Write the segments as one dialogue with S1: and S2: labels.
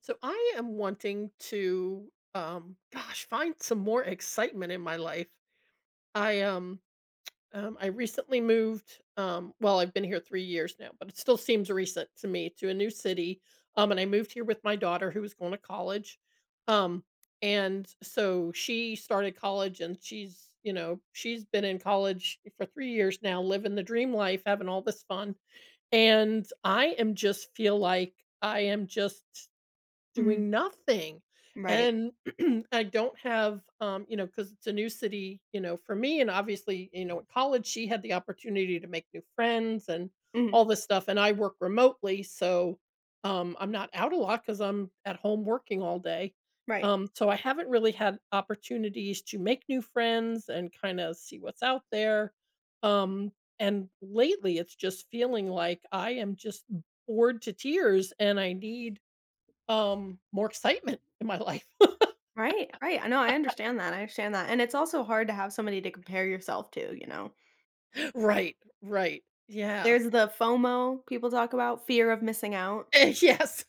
S1: So I am wanting to, find some more excitement in my life. I um, I recently moved. I've been here 3 years now, but it still seems recent to me to a new city. And I moved here with my daughter who was going to college. Um, and so she started college, and she's you know she's been in college for 3 years now, living the dream life, having all this fun. And I am just feel like I am just doing
S2: Mhm.
S1: nothing.
S2: Right.
S1: And I don't have, because it's a new city, for me. And obviously, in college, she had the opportunity to make new friends and
S2: Mhm.
S1: all this stuff. And I work remotely. So I'm not out a lot because I'm at home working all day.
S2: Right.
S1: So I haven't really had opportunities to make new friends and kind of see what's out there. Um, and lately, it's just feeling like I am just bored to tears and I need more excitement in my life.
S2: Right, right. I know, I understand that, and it's also hard to have somebody to compare yourself to, you know?
S1: Right, right. Yeah.
S2: There's the FOMO people talk about, fear of missing out.
S1: Yes,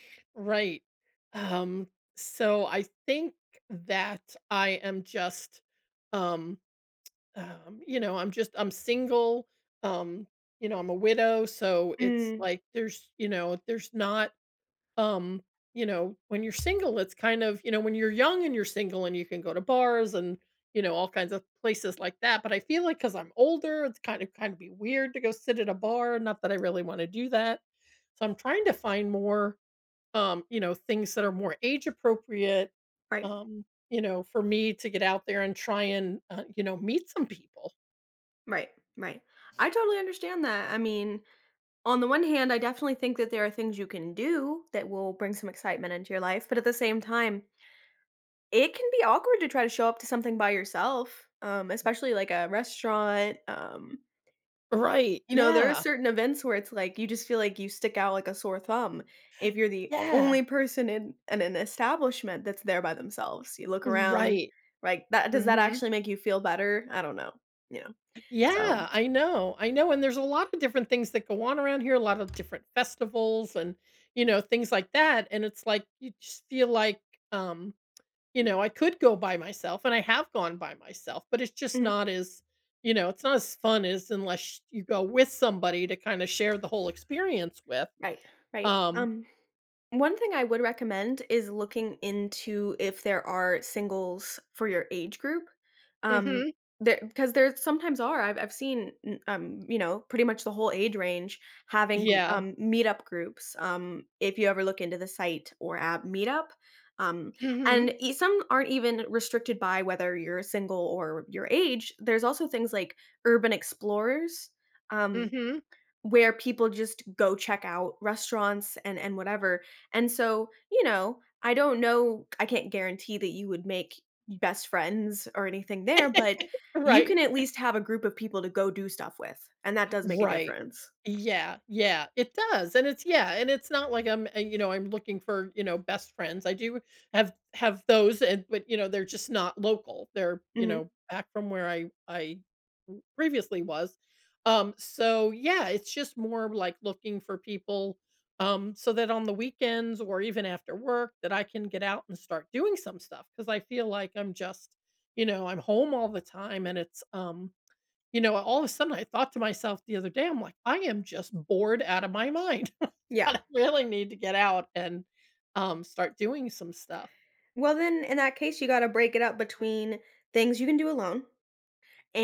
S1: right. Um, so I think that I am um, just, I'm single. Um, you know, I'm a widow, so it's
S2: Mm.
S1: like there's not um you know when you're single it's kind of you know when you're young and you're single and you can go to bars and you know all kinds of places like that but I feel like cuz I'm older it's kind of be weird to go sit at a bar not that I really want to do that so I'm trying to find more you know things that are more age appropriate
S2: Right,
S1: you know for me to get out there and try and you know meet some people
S2: right, right. I totally understand that. I mean, on the one hand, I definitely think that there are things you can do that will bring some excitement into your life, but at the same time, it can be awkward to try to show up to something by yourself, especially like a restaurant.
S1: right
S2: You know, there are
S1: yeah
S2: certain events where it's like you just feel like you stick out like a sore thumb if you're the
S1: yeah
S2: only person in an establishment that's there by themselves. You look around,
S1: right
S2: like that, does that
S1: mhm.
S2: actually make you feel better? I don't know, you know. So
S1: Yeah, I know. I know. And there's a lot of different things that go on around here, a lot of different festivals and things like that. And it's like you just feel like, um, I could go by myself and I have gone by myself, but it's just
S2: mhm,
S1: not as, you know, it's not as fun as unless you go with somebody to kind of share the whole experience with.
S2: right, right.
S1: Um,
S2: One thing I would recommend is looking into if there are singles for your age group. Um,
S1: mhm.
S2: there because there sometimes are. I've seen you know, pretty much the whole age range having
S1: Yeah.
S2: meetup groups. If you ever look into the site or app Meetup. Um,
S1: Mhm.
S2: and some aren't even restricted by whether you're single or your age. There's also things like urban explorers. Um,
S1: Mhm.
S2: where people just go check out restaurants and whatever, and so, you know, I don't know, I can't guarantee that you would make best friends or anything there, but you
S1: Right.
S2: can at least have a group of people to go do stuff with, and that does make a
S1: Right.
S2: difference.
S1: Yeah, yeah, it does, and and it's not like I'm looking for, best friends. I do have those and but, they're just not local. They're,
S2: Mhm.
S1: back from where I previously was. So yeah, it's just more like looking for people so that on the weekends or even after work that I can get out and start doing some stuff because I feel like I'm just, you know, I'm home all the time and it's you know, all of a sudden I thought to myself the other day, I'm like, "I am just bored out of my mind.
S2: Yeah.
S1: I really need to get out and, start doing some stuff."
S2: Well, then in that case, you gotta break it up between things you can do alone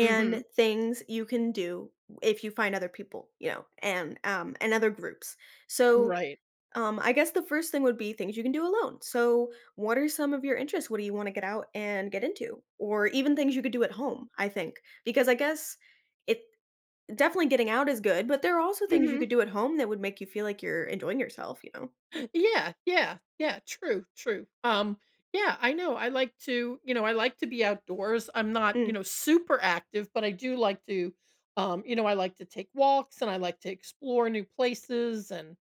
S1: Mhm.
S2: things you can do if you find other people, you know, and and other groups. So,
S1: Right.
S2: I guess the first thing would be things you can do alone. So, what are some of your interests? What do you want to get out and get into? Or even things you could do at home, I think. Because I guess it, definitely getting out is good, but there are also things you
S1: Mhm.
S2: could do at home that would make you feel like you're enjoying yourself, you know.
S1: Yeah, yeah, yeah, true, true. Yeah, I know, I like to be outdoors. I'm not, you
S2: Mm,
S1: know, super active, but I do like to, I like to take walks and I like to explore new places and,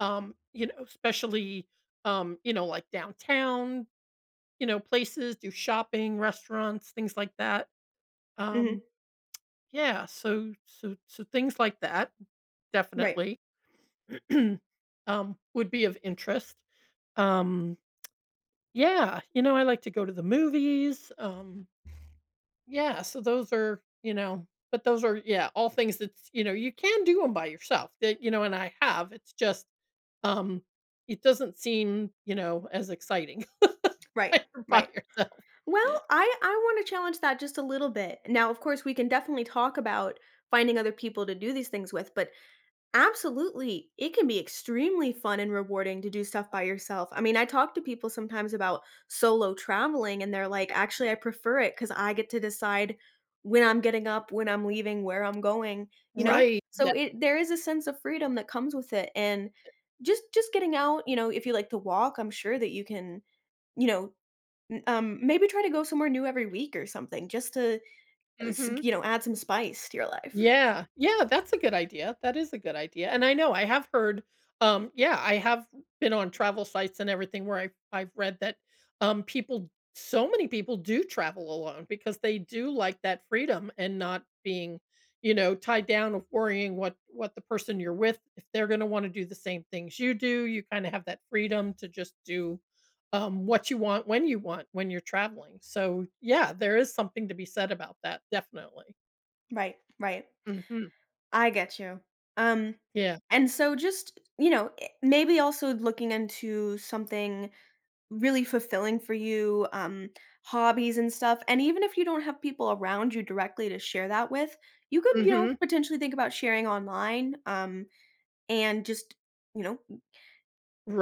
S1: um, you know, especially, like downtown, places, do shopping, restaurants, things like that.
S2: mhm.
S1: Um, yeah, so things like that
S2: Right.
S1: definitely would be of interest. Um, yeah, you know, I like to go to the movies. Yeah, so those are you know, but those are yeah, all things that's you know you can do them by yourself. That you know, and I have. It's just um, it doesn't seem you know as exciting
S2: Right.
S1: when you're by
S2: Right.
S1: yourself.
S2: Well, I wanna challenge that just a little bit. Now, of course, we can definitely talk about finding other people to do these things with, but absolutely, it can be extremely fun and rewarding to do stuff by yourself. I mean, I talk to people sometimes about solo traveling, and they're like, "Actually, I prefer it because I get to decide when I'm getting up, when I'm leaving, where I'm going," you know?
S1: Right. Yeah.
S2: So it, there is a sense of freedom that comes with it, and just getting out, you know, if you like to walk, I'm sure that you can, you know, N maybe try to go somewhere new every week or something just to, s
S1: Hmm.
S2: you know, add some spice to your life.
S1: Yeah, yeah, that's a good idea, that is a good idea, and I know I have heard, yeah, I have been on travel sites and everything where I've read that, people so many people do travel alone because they do like that freedom and not being, tied down of worrying what the person you're with if they're gonna wanna do the same things you do, you kinda have that freedom to just do, what you want when you're traveling, so, yeah, there is something to be said about that, definitely.
S2: Right, right.
S1: Mhm,
S2: I get you. Um
S1: yeah.
S2: And so just, you know, maybe also looking into something really fulfilling for you, hobbies and stuff, and even if you don't have people around you directly to share that with, you could, you know,
S1: Mhm.
S2: potentially think about sharing online, and just, you know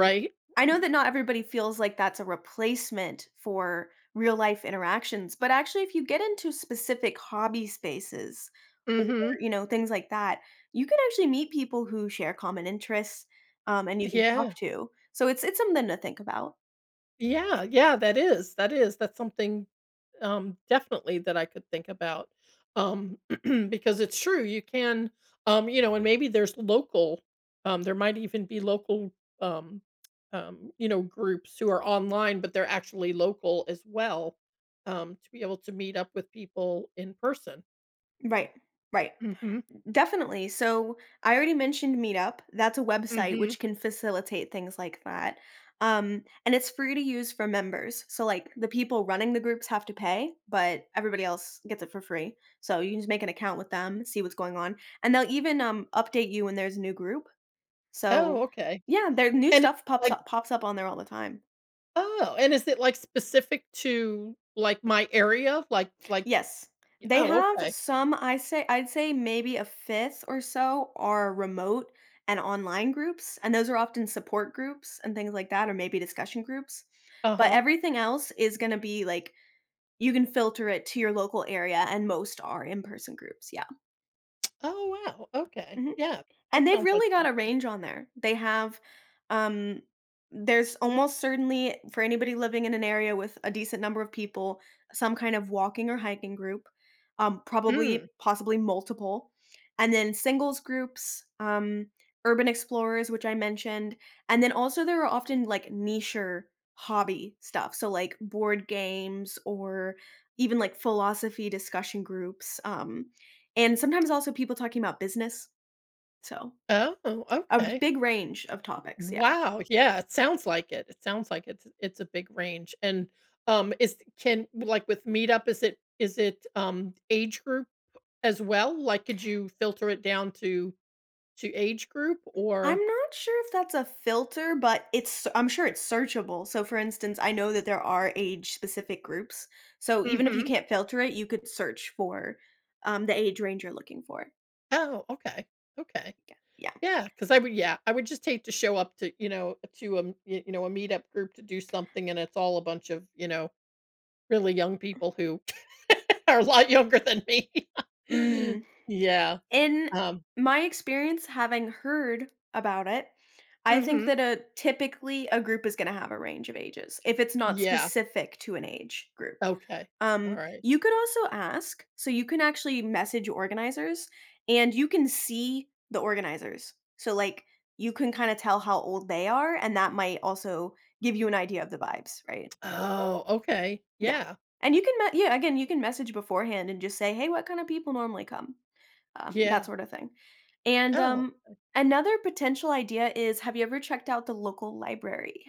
S2: E I know that not everybody feels like that's a replacement for real life interactions, but actually if you get into specific hobby spaces or,
S1: Mhm.
S2: you know, things like that, you can actually meet people who share common interests, and you can
S1: Yeah.
S2: talk to. So it's something to think about.
S1: Yeah, yeah, that is, that is. That's something, definitely that I could think about, um, because it's true, you can, and maybe there's there might even be um, groups who are online, but they're actually local as well, to be able to meet up with people in person.
S2: Right. Right.
S1: Mhm.
S2: Definitely. So I already mentioned Meetup. That's a website
S1: Mhm.
S2: which can facilitate things like that. And it's free to use for members. So, like, the people running the groups have to pay, but everybody else gets it for free. So, you can just make an account with them, see what's going on. And they'll even, update you when there's a new group.
S1: Oh,
S2: So,
S1: okay.
S2: yeah, their new
S1: And it's
S2: stuff
S1: like.
S2: pops up on there all the time.
S1: Oh, and is it, like, specific to, like, my area? Like
S2: Yes. They
S1: oh,
S2: have
S1: okay.
S2: some, I'd say maybe a fifth or so are remote and online groups, and those are often support groups and things like that, or maybe discussion groups. But
S1: Uh-huh.
S2: everything else is gonna be like you can filter it to your local area, and most are in-person groups, yeah.
S1: Oh, wow, okay.
S2: Mhm.
S1: Yeah,
S2: And
S1: that
S2: they've
S1: sounds like
S2: really got a
S1: something.
S2: range on there. They have, um, there's almost certainly for anybody living in an area with a decent number of people, some kind of walking or hiking group,
S1: Mm.
S2: probably, possibly multiple, and then singles groups, urban explorers, which I mentioned, and then also there are often like nicher hobby stuff. So like board games or even like philosophy discussion groups, and sometimes also people talking about business. So
S1: Oh,
S2: a b
S1: okay.
S2: big range of topics, yeah.
S1: Wow, yeah, it sounds like it. It sounds like it's a big range, and, is can like, with Meetup, age group as well? Like, could you filter it down to age group or.
S2: I'm not sure if that's a filter, but it's I'm sure it's searchable. So, for instance, I know that there are age-specific groups. So, even if you
S1: Mhm.
S2: can't filter it, you could search for, the age range you're looking for.
S1: Oh, okay, okay.
S2: Yeah.
S1: Yeah, because I would just hate to show up to, a meetup group to do something, and it's all a bunch of, really young people who are a lot younger than me.
S2: Mm,
S1: Yeah,
S2: in
S1: um
S2: my experience, having heard about it, I think
S1: mhm.
S2: that a typically, a group is gonna have a range of ages, if it's not
S1: Yeah,
S2: specific to an age group.
S1: okay, alright.
S2: You could also ask, so you can actually message organizers, and you can see the organizers. So, like, you can kinda tell how old they are, and that might also give you an idea of the vibes, right?
S1: Oh, okay,
S2: Yeah.
S1: yeah,
S2: And you can me yeah, again, you can message beforehand and just say, "Hey, what kind of people normally come?" That
S1: yeah.
S2: sort of thing. And,
S1: Oh,
S2: another potential idea is, have you ever checked out the local library?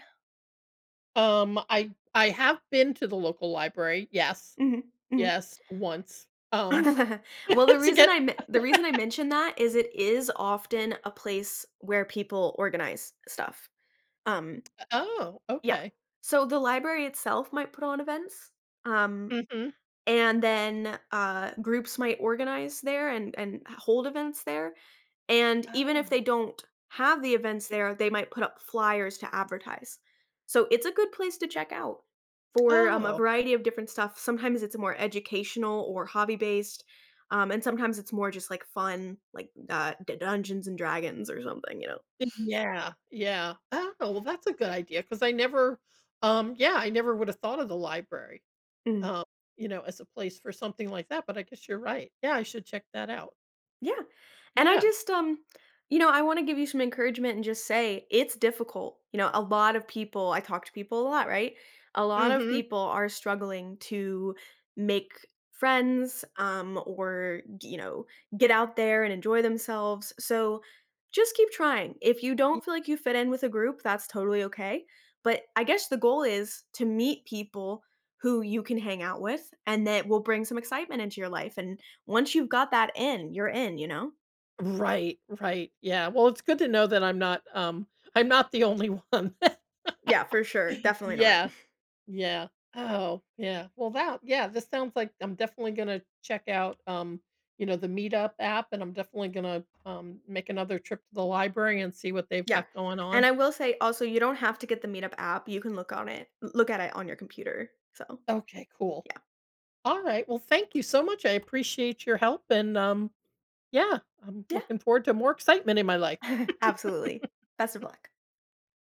S1: I have been to the local library, yes,
S2: Mhm. Mhm.
S1: yes, once,
S2: Well,
S1: to get.
S2: the reason I mention that is it is often a place where people organize stuff. Um,
S1: Oh,
S2: yeah.
S1: okay.
S2: So the library itself might put on events, um
S1: Mhm.
S2: and then, groups might organize there and hold events there, and even if they
S1: Oh.
S2: don't have the events there, they might put up flyers to advertise. So it's a good place to check out for, a
S1: Oh.
S2: variety of different stuff. Sometimes it's more educational or hobby-based, and sometimes it's more just, like, fun, like, D Dungeons & and Dragons or something, you know?
S1: Yeah, yeah. Oh, well, that's a good idea because I never, yeah, I never would have thought of the library,
S2: Mhm.
S1: um, as a place for something like that, but I guess you're right. Yeah, I should check that out.
S2: Yeah. And I
S1: Yeah.
S2: just, you know, I want to give you some encouragement and just say it's difficult. You know, a lot of people, I talk to people a lot, right? A lot of
S1: Mhm.
S2: people are struggling to make friends, or, you know, get out there and enjoy themselves. So just keep trying. If you
S1: Y.
S2: don't feel like you fit in with a group, that's totally okay. But I guess the goal is to meet people who you can hang out with and that will bring some excitement into your life. And once you've got that in, you're in, you know?
S1: Right, right. Yeah. Well, it's good to know that I'm not the only one.
S2: Yeah, for sure. Definitely not.
S1: Yeah, yeah. Oh, yeah. This sounds like I'm definitely gonna check out, the Meetup app, and I'm definitely gonna, make another trip to the library and see what they've
S2: Yeah.
S1: got going
S2: And
S1: on.
S2: I will say also you don't have to get the Meetup app. You can look at it on your computer. So,
S1: Okay, cool. Alright, well, thank you so much, I appreciate your help, and, yeah, I'm
S2: yeah.
S1: looking forward to more excitement in my life.
S2: Yeah. Absolutely. Best of luck.